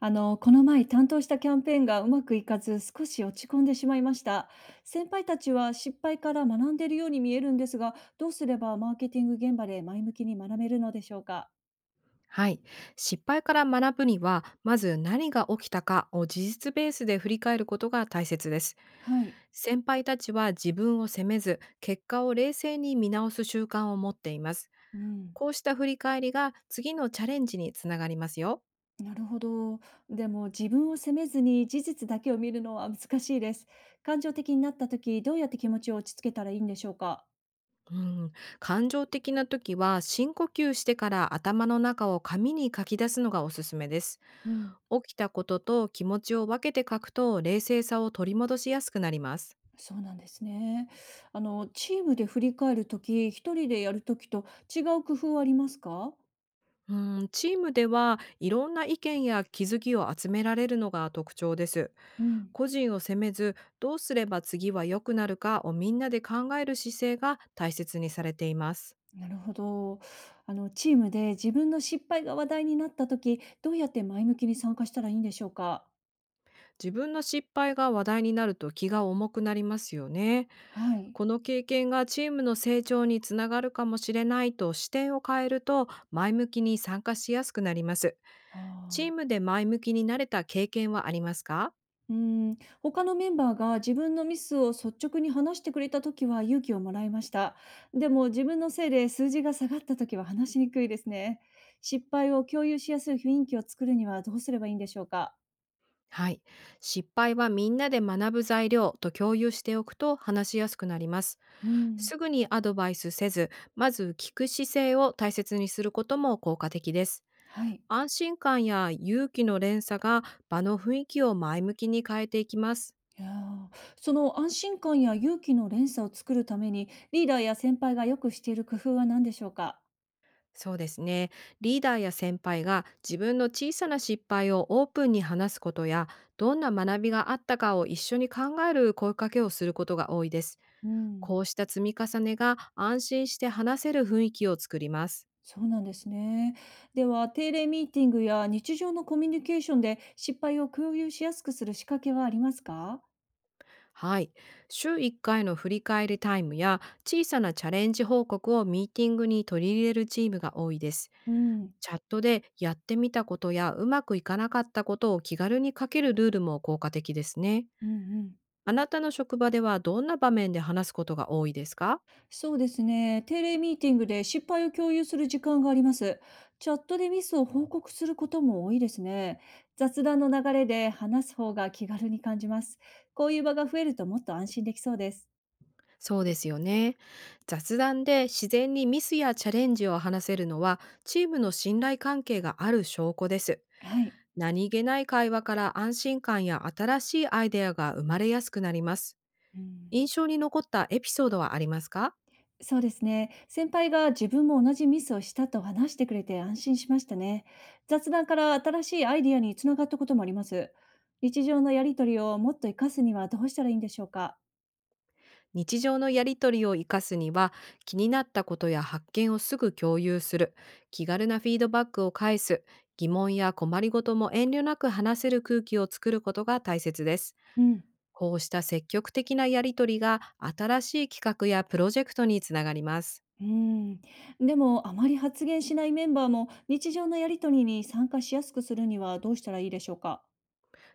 この前担当したキャンペーンがうまくいかず、少し落ち込んでしまいました。先輩たちは失敗から学んでいるように見えるんですが、どうすればマーケティング現場で前向きに学べるのでしょうか。はい。失敗から学ぶには、まず何が起きたかを事実ベースで振り返ることが大切です。はい。先輩たちは自分を責めず、結果を冷静に見直す習慣を持っています。うん、こうした振り返りが次のチャレンジにつながりますよ。なるほど。でも自分を責めずに事実だけを見るのは難しいです。感情的になった時、どうやって気持ちを落ち着けたらいいんでしょうか。うん、感情的な時は深呼吸してから頭の中を紙に書き出すのがおすすめです。うん。起きたことと気持ちを分けて書くと冷静さを取り戻しやすくなります。そうなんですね。チームで振り返る時、一人でやる時と違う工夫はありますか？うん、チームではいろんな意見や気づきを集められるのが特徴です。うん。個人を責めず、どうすれば次は良くなるかをみんなで考える姿勢が大切にされています。なるほど。チームで自分の失敗が話題になった時、どうやって前向きに参加したらいいんでしょうか？自分の失敗が話題になると気が重くなりますよね。はい。この経験がチームの成長につながるかもしれないと視点を変えると前向きに参加しやすくなります。あチーあ。ムで前向きになれた経験はありますか。うん、他のメンバーが自分のミスを率直に話してくれた時は勇気をもらいました。でも自分のせいで数字が下がった時は話しにくいですね。失敗を共有しやすい雰囲気を作るにはどうすればいいんでしょうか？はい。失敗はみんなで学ぶ材料と共有しておくと話しやすくなります。うん。すぐにアドバイスせず、まず聞く姿勢を大切にすることも効果的です。はい。安心感や勇気の連鎖が場の雰囲気を前向きに変えていきます。いや、その安心感や勇気の連鎖を作るために、リーダーや先輩がよくしている工夫は何でしょうか？そうですね。リーダーや先輩が自分の小さな失敗をオープンに話すことや、どんな学びがあったかを一緒に考える声かけをすることが多いです。うん、こうした積み重ねが安心して話せる雰囲気を作ります。そうなんですね。では、定例ミーティングや日常のコミュニケーションで失敗を共有しやすくする仕掛けはありますか？はい。週1回の振り返りタイムや小さなチャレンジ報告をミーティングに取り入れるチームが多いです。うん、チャットでやってみたことやうまくいかなかったことを気軽に書けるルールも効果的ですね。うん。あなたの職場ではどんな場面で話すことが多いですか。そうですね。定例ミーティングで失敗を共有する時間があります。チャットでミスを報告することも多いですね。雑談の流れで話す方が気軽に感じます。こういう場が増えるともっと安心できそうです。そうですよね。雑談で自然にミスやチャレンジを話せるのはチームの信頼関係がある証拠です。はい。何気ない会話から安心感や新しいアイデアが生まれやすくなります。うん、印象に残ったエピソードはありますか。そうですね。先輩が自分も同じミスをしたと話してくれて安心しましたね。雑談から新しいアイディアにつながったこともあります。日常のやりとりをもっと活かすにはどうしたらいいんでしょうか。日常のやりとりを活かすには、気になったことや発見をすぐ共有する、気軽なフィードバックを返す、疑問や困りごとも遠慮なく話せる空気を作ることが大切です。うんこうした積極的なやりとりが新しい企画やプロジェクトにつながります。うん、でもあまり発言しないメンバーも日常のやりとりに参加しやすくするにはどうしたらいいでしょうか。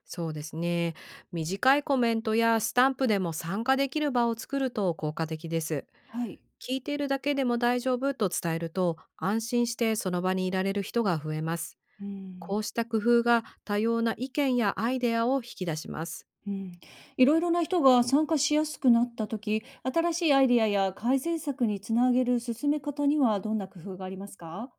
そうですね。短いコメントやスタンプでも参加できる場を作ると効果的です。はい。聞いているだけでも大丈夫と伝えると安心してその場にいられる人が増えます。うこん、うした工夫が多様な意見やアイデアを引き出します。うん、いろいろな人が参加しやすくなった時、新しいアイディアや改善策につなげる進め方にはどんな工夫がありますか。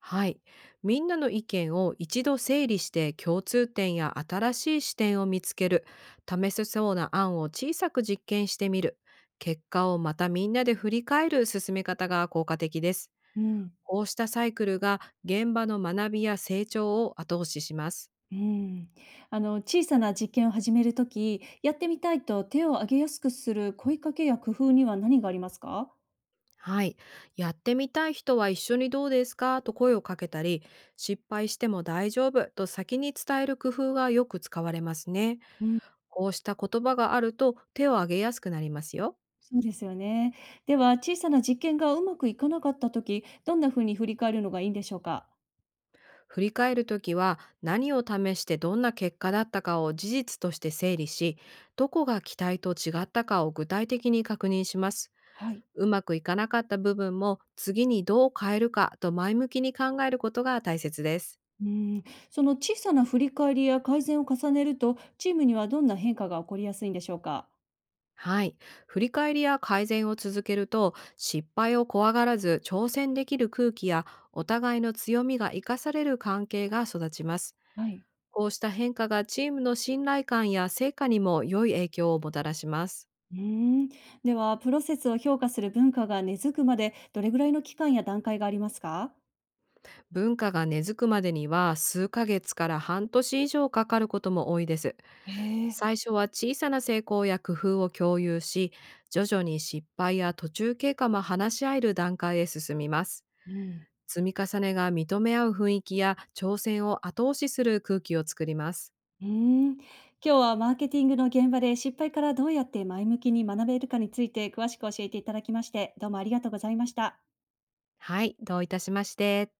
はい。みんなの意見を一度整理して共通点や新しい視点を見つける。試せそうな案を小さく実験してみる。結果をまたみんなで振り返る進め方が効果的です。うん、こうしたサイクルが現場の学びや成長を後押しします。うん、あの小さな実験を始める時、やってみたいと手を挙げやすくする声かけや工夫には何がありますか。はい。やってみたい人は一緒にどうですかと声をかけたり、失敗しても大丈夫と先に伝える工夫がよく使われますね。こうした言葉があると手を挙げやすくなりますよ。そうですよね。では、小さな実験がうまくいかなかった時、どんな風に振り返るのがいいんでしょうか？振り返るときは何を試してどんな結果だったかを事実として整理し、どこが期待と違ったかを具体的に確認します。はい。うまくいかなかった部分も次にどう変えるかと前向きに考えることが大切です。うん、その小さな振り返りや改善を重ねると、チームにはどんな変化が起こりやすいんでしょうか？はい。振り返りや改善を続けると失敗を怖がらず挑戦できる空気やお互いの強みが生かされる関係が育ちます。はい。こうした変化がチームの信頼感や成果にも良い影響をもたらします。うん、では、プロセスを評価する文化が根付くまで、どれぐらいの期間や段階がありますか？文化が根付くまでには数ヶ月から半年以上かかることも多いです。へえ。最初は小さな成功や工夫を共有し、徐々に失敗や途中経過も話し合える段階へ進みます。うん。積み重ねが認め合う雰囲気や挑戦を後押しする空気を作ります。うーん。今日はマーケティングの現場で失敗からどうやって前向きに学べるかについて詳しく教えていただきまして、どうもありがとうございました。はい、どういたしまして。